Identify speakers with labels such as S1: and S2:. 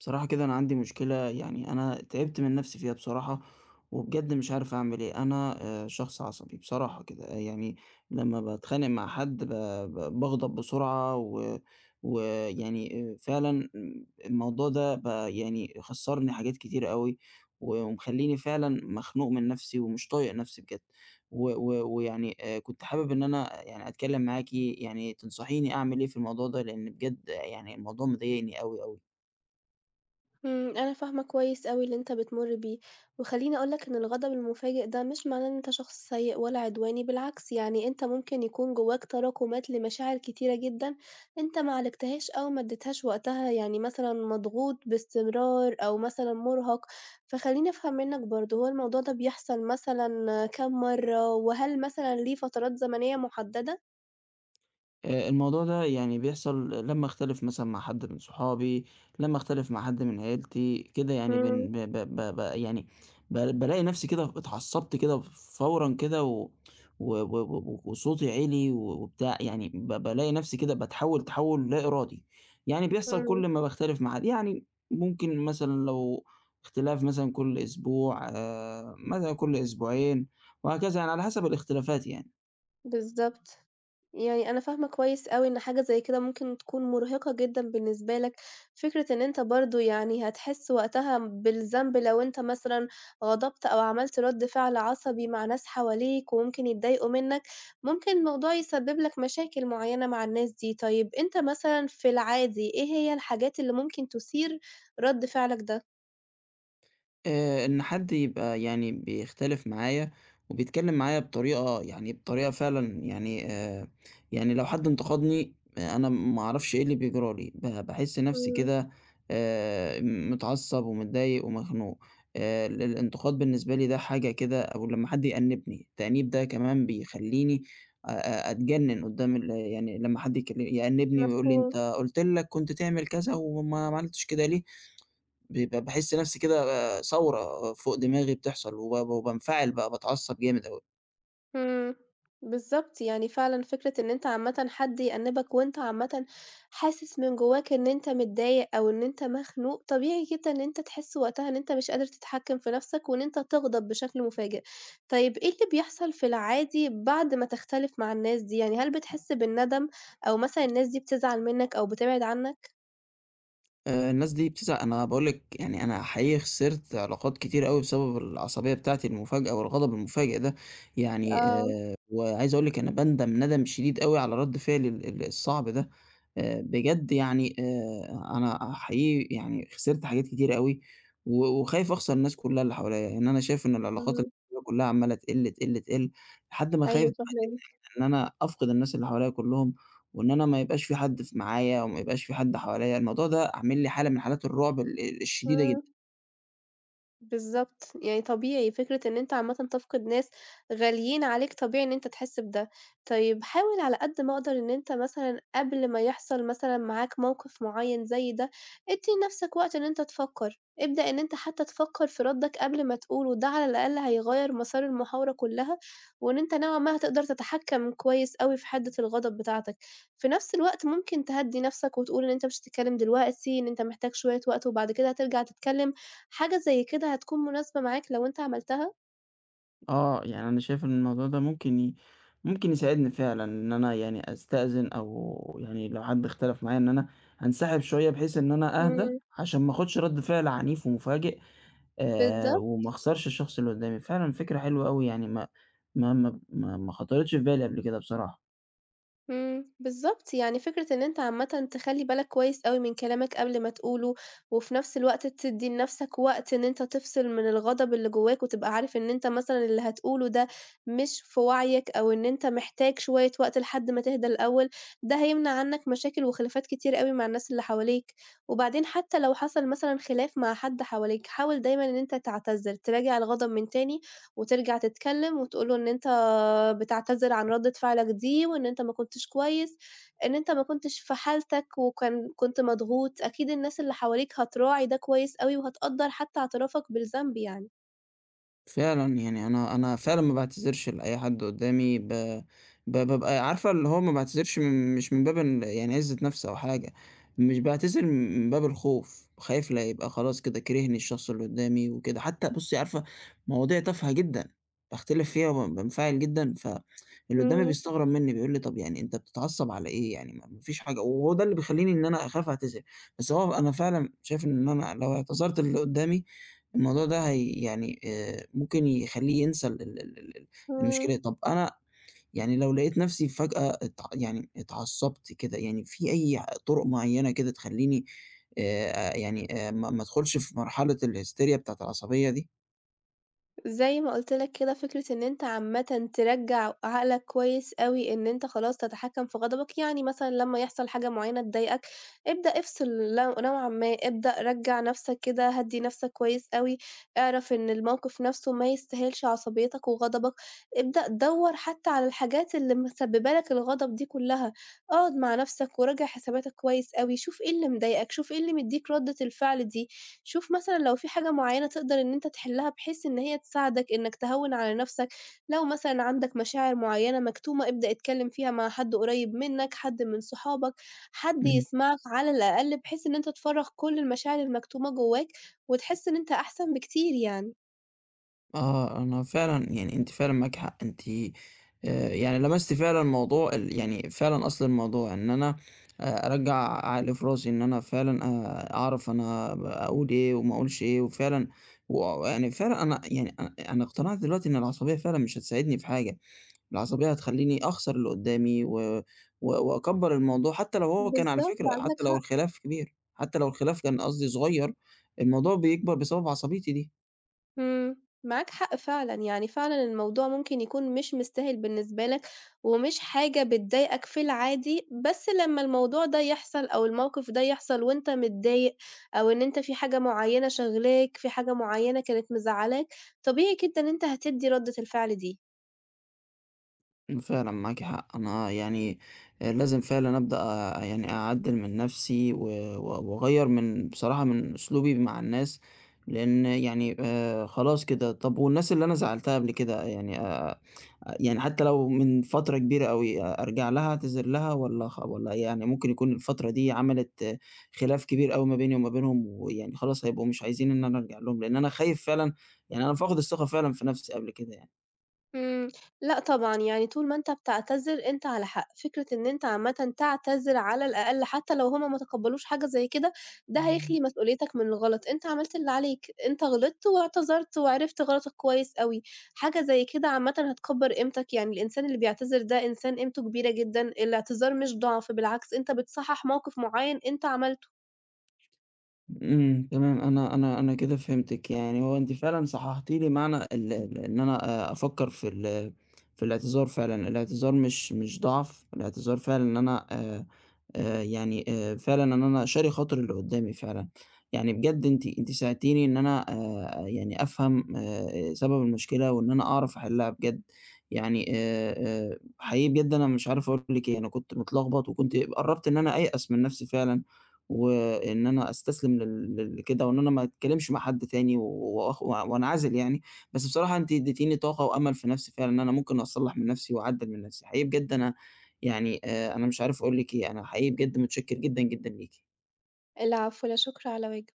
S1: بصراحة كده أنا عندي مشكلة. يعني أنا تعبت من نفسي فيها بصراحة، وبجد مش عارف أعمل إيه. أنا شخص عصبي بصراحة كده، آه، يعني لمّا باتخانق مع حد ب ب باغضب بسرعة ويعني فعلًا الموضوع ده بقى يعني خسّرني حاجات كتيرة أوي، و ومخلّيني فعلًا مخنوق من نفسي ومش طايق نفسي بجد، و و ويعني كنت حابب إن أنا آه، يعني أتكلم معاكِ يعني تنصحيني أعمل إيه في الموضوع ده، لإن بجد يعني الموضوع مضايقني أوي، أوي.
S2: أنا فاهمة كويس أوي اللي أنت بتمُر بيه، وخلّيني أقول لك إن الغضب المفاجئ ده مش معناه إن أنت شخص سيء ولا عدواني، بالعكس يعني أنت ممكن يكون جواك تراكمات لمشاعر كتيرة جدًا أنت ما عالجتهاش أو ما اديتهاش وقتها، يعني مثلًا مضغوط باستمرار أو مثلًا مُرهَق، فخلّيني أفهم منّك برضه هو الموضوع ده بيحصل مثلًا كام مرّة، وهل مثلًا ليه فترات زمنية مُحددة؟
S1: الموضوع ده يعني بيحصل لمّا أختلف مثلًا مع حد من صحابي، لمّا أختلف مع حد من عيلتي، كده يعني
S2: إمم،
S1: بن ب ب ب ب يعني ب بالاقي نفسي كده اتعصبت كده فورًا كده و وصوتي عِلي وبتاع، يعني بالاقي نفسي كده تحوّل لا إرادي، يعني بيحصل كل
S2: إمم،
S1: ما باختلف مع حد، يعني ممكن مثلًا لو اختلاف مثلًا كل أسبوع، آه، مثلًا كل أسبوعين، وهكذا يعني على حسب الاختلافات يعني.
S2: بالضبط. يعني أنا فاهمة كويس أوي إن حاجة زي كده ممكن تكون مُرهقة جدًا بالنسبة لك، فكرة إن أنت برضه يعني هتحس وقتها بالذنب لو أنت مثلًا غضبت أو عملت رَد فعل عصبي مع ناس حواليك وممكن يتضايقوا منك، ممكن الموضوع يسبب لك مشاكل معيّنة مع الناس دي، طيب أنت مثلًا في العادي إيه هي الحاجات اللي ممكن تثير رَد فعلك ده؟
S1: إن حد يبقى يعني بيختلف معايا وبيتكلم معايا بطريقة فعلًا يعني يعني لو حد انتقدني آه، أنا ما أعرفش إيه اللي بيجرى لي، باحس نفسي
S2: إمم،
S1: كده متعصب ومتضايق ومخنوق. ال الانتقاد بالنسبة لي ده حاجة كده، أو لمّا حد يأنبني، التأنيب ده كمان بيخلّيني أ أ أتجنن قدّام ال يعني لمّا حد يأنبني ويقول لي:
S2: مفهوم.
S1: "أنت قُلت لك كنت تعمل كذا وما ما عملتش كده ليه؟" بيبقى باحس نَفْسي كده ثورة فوق دماغي بتحصل وب وبانفعل بقى، باتعصّب جامد أوي.
S2: إمم، بالضبط، يعني فعلًا فكرة إن أنت عامةً حد يأنِّبك وأنت عامةً حاسس من جواك إن أنت متضايق أو إن أنت مخنوق، طبيعي جدًا إن أنت تحس وقتها إن أنت مش قادر تتحكّم في نَفْسك وإن أنت تغضب بشكل مفاجئ. طيب إيه اللي بيحصل في العادي بعد ما تختلف مع الناس دي؟ يعني هل بتحس بالندم أو مثلًا الناس دي بتزعل منّك أو بتبعد عنّك؟
S1: الناس دي بتزعل. أنا باقول لِك يعني أنا حقيقي خسرت علاقات كتير أوي بسبب العصبية بتاعتي المفاجئة والغضب المفاجئ ده. يعني
S2: آه،
S1: وعايز أقول لِك أنا باندم ندم شديد أوي على رَد فعلي ال ال الصعب ده. بجد يعني أنا حقيقي يعني خسرت حاجات كتير أوي وخايف أخسر الناس كُلّها اللي حواليّا، يعني أنا شايف إن العلاقات اللي
S2: إمم،
S1: حواليّا كُلّها عمّالة تقِل، تقِل، تقِل لحد ما خايف
S2: أيوه فاهماك،
S1: إن أنا أفقد الناس اللي حواليّا كلّهم، وإن أنا ما يبقاش في حد معايا، وما يبقاش في حد حواليّا. الموضوع ده عامل لي حالة من حالات الرعب الشديدة جدًا.
S2: إمم. بالضبط، يعني طبيعي فكرة إن أنت عامةً تفقد ناس غاليين عليك طبيعي إن أنت تحس بده، طيب حاول على قد ما أقدر إن أنت مثلًا قبل ما يحصل مثلًا معاك موقف معيّن زي ده، ادّي لنفْسك وقت إن أنت تفكّر، ابدأ إن أنت حتى تفكّر في ردّك قبل ما تقوله، ده على الأقل هيغيّر مسار المحاورة كلّها، وإن أنت نوعًا ما هتقدر تتحكّم كويس أوي في حدّة الغضب بتاعتك، في نفْس الوقت ممكن تهدّي نفْسك وتقول إن أنت مش هتتكلّم دلوقتي، إن أنت محتاج شوية وقت وبعد كده هترجع تتكلّم. حاجة زي كده هتكون مناسبة معاك لو أنت عملتها؟
S1: آه، يعني أنا شايف إن الموضوع ده ممكن يساعدني فعلًا إن أنا يعني أستأذن، أو يعني لو حد اختلف معايا إن أنا أنسحب شوية، بحيث إن أنا أهدى
S2: إمم.
S1: عشان ما آخدش رد فعل عنيف ومفاجئ،
S2: بالضبط.
S1: وما أخسرش الشخص اللي قدّامي. فعلًا فكرة حلوة أوي يعني ما خطرتش في بالي قبل كده بصراحة.
S2: بالضبط، يعني فكرة إن أنت عامةً تخلّي بالك كويس أوي من كلامك قبل ما تقوله، وفي نفس الوقت تدّي لنفسك وقت إن أنت تفصل من الغضب اللي جواك، وتبقى عارف إن أنت مثلًا اللي هتقوله ده مش في وعيك، أو إن أنت محتاج شوية وقت لحد ما تهدى الأول، ده هيمنع عنك مشاكل وخلافات كتير أوي مع الناس اللي حواليك، وبعدين حتى لو حصل مثلًا خلاف مع حد حواليك، حاول دايمًا إن أنت تعتذر، تراجع الغضب من تاني، وترجع تتكلم وتقول له إن أنت بتعتذر عن ردة فعلك دي، وإن أنت ما كنتش كويس، إن أنت ما كنتش في حالتك وكان كنت مضغوط، أكيد الناس اللي حواليك هتراعي ده كويس أوي، وهتقدّر حتى اعترافك بالذنب يعني.
S1: فعلًا، يعني أنا فعلًا ما باعتذرش لأي حد قدّامي، ب ب بابقى عارفة اللي هو ما باعتذرش مش من باب ال يعني عِزّة نَفْس أو حاجة، مش باعتذر من باب الخوف، خايف لا يبقى خلاص كده كرهني الشخص اللي قدّامي وكده. حتى بُصّي عارفة، مواضيع تافهة جدًا، باختلف فيها بانفعل جدًا، فاللي قدّامي
S2: إمم،
S1: بيستغرب منّي بيقول لي: "طَب يعني أنت بتتعصب على إيه يعني ما فيش حاجة." وهو ده اللي بيخلّيني إن أنا أخاف أعتذر، بس هو أنا فعلًا شايف إن أنا لو اعتذرت للي قدّامي الموضوع ده هي يعني ممكن يخلّيه ينسى ال ال ال ال ال المشكلة.
S2: إمم.
S1: طب أنا يعني لو لقيت نفسي فجأة اتعصّبت كده، يعني في أي طُرق معيّنة كده تخلّيني ما ادخلش في مرحلة الهستيريا بتاعة العصبية دي؟
S2: زي ما قُلت لك كده فكرة إن أنت عامةً ترجّع عقلك كويس أوي إن أنت خلاص تتحكّم في غضبك، يعني مثلًا لمّا يحصل حاجة معيّنة تضايقك، ابدأ افصل لو نوعًا ما، ابدأ رجّع نَفْسك كده، هدّي نَفْسك كويس أوي، اعرف إن الموقف نَفْسه ما يستاهلش عصبيتك وغضبك، ابدأ دَوّر حتى على الحاجات اللي مسبّبة لك الغضب دي كُلّها، اقعد مع نَفْسك وراجع حساباتك كويس أوي، شوف إيه اللي مضايقك، شوف إيه اللي مدّيك ردّة الفعل دي. شوف مثلًا لو في حاجة معيّنة تقدر إن أنت تحلّها بحيث إن هي تساعدك إنك تهوّن على نَفْسك، لو مثلًا عندك مشاعر معيّنة مكتومة ابدأ اتكلّم فيها مع حد قريّب منّك، حد من صحابك، حد
S1: إمم.
S2: يسمعك على الأقل بحيث إن أنت تفرّغ كل المشاعر المكتومة جوّاك وتحس إن أنت أحسن بكتير يعني.
S1: آه، أنا فعلًا يعني أنتِ فعلًا معاكِ حق. أنتِ يعني لمستِ فعلًا موضوع ال يعني فعلًا أصل الموضوع، إن أنا أرجّع عقلي في راسي، إن أنا فعلًا أعرف أنا أقول إيه وما أقولش إيه، وفعلًا ويعني فعلًا أنا يعني أنا اقتنعت دلوقتي إن العصبية فعلًا مش هتساعدني في حاجة. العصبية هتخلّيني أخسر اللي قدّامي و وأكبّر الموضوع، حتى لو هو كان على
S2: بالضبط،
S1: فكرة،
S2: عندك
S1: حتى لو
S2: حق.
S1: الخلاف كبير، حتى لو الخلاف كان قصدي صغير، الموضوع بيكبر بسبب عصبيتي دي.
S2: إمم، معاك حق فعلًا، يعني فعلًا الموضوع ممكن يكون مش مستاهل بالنسبة لك، ومش حاجة بتضايقك في العادي، بس لمّا الموضوع ده يحصل أو الموقف ده يحصل وأنت متضايق، أو إن أنت في حاجة معيّنة شاغلاك، في حاجة معيّنة كانت مزعّلاك، طبيعي جدًا إن أنت هتدّي ردة الفعل دي.
S1: فعلًا معاكِ حق، أنا يعني لازم فعلًا أبدأ أعدِّل من نَفْسي و وأغيّر من بصراحة من أسلوبي مع الناس، لإن يعني خلاص كده. طَب والناس اللي أنا زعّلتها قبل كده يعني حتى لو من فترة كبيرة أوي أرجع لها أعتذر لها، والّا والّا يعني ممكن يكون الفترة دي عملت آه، خلاف كبير أوي ما بيني وما بينهم، ويعني خلاص هيبقوا مش عايزين إن أنا أرجع لهم، لإن أنا خايف فعلًا يعني أنا فاقد الثقة فعلًا في نَفْسي قبل كده يعني.
S2: إمم، لأ طبعًا، يعني طول ما أنت بتعتذر أنت على حق، فكرة إن أنت عامةً تعتذر على الأقل حتى لو هُم ما تقبّلوش حاجة زي كده، ده هيخلي مسؤوليتك من الغلط، أنت عملت اللي عليك، أنت غلطت واعتذرت وعرفت غلطك كويس أوي، حاجة زي كده عامةً هتكبّر قيمتك، يعني الإنسان اللي بيعتذر ده إنسان قيمته كبيرة جدًا، الاعتذار مش ضعف، بالعكس أنت بتصحّح موقف معيّن أنت عملته.
S1: إمم، تمام، أنا كده فهمتِك، يعني هو أنتِ فعلًا صححتِ لي معنى ال ال إن أنا أفكّر في في الاعتذار فعلًا، الاعتذار مش ضعف، الاعتذار فعلًا إن أنا فعلًا إن أنا شاري خاطر اللي قُدّامي فعلًا. يعني بجد أنتِ ساعدتيني إن أنا يعني أفهم سبب المشكلة وإن أنا أعرف أحلّها بجد. يعني حقيقي بجد أنا مش عارف أقول لِك إيه. أنا كنت متلخبط وكنت قرّبت إن أنا أيأس من نَفْسي فعلًا، وإن أنا أستسلم لل لل كده، وإن أنا ما أتكلّمش مع حد تاني و و- وأخ وأنعزل يعني، بس بصراحة أنتِ ادّيتيني طاقة وأمل في نَفْسي فعلًا إن أنا ممكن أصلّح من نَفْسي وأعدّل من نَفْسي. حقيقي بجد أنا يعني أنا مش عارف أقول لِك إيه، أنا حقيقي بجد متشكر جدًا، جدًا ليكِ.
S2: العفو، لا شكر على واجب.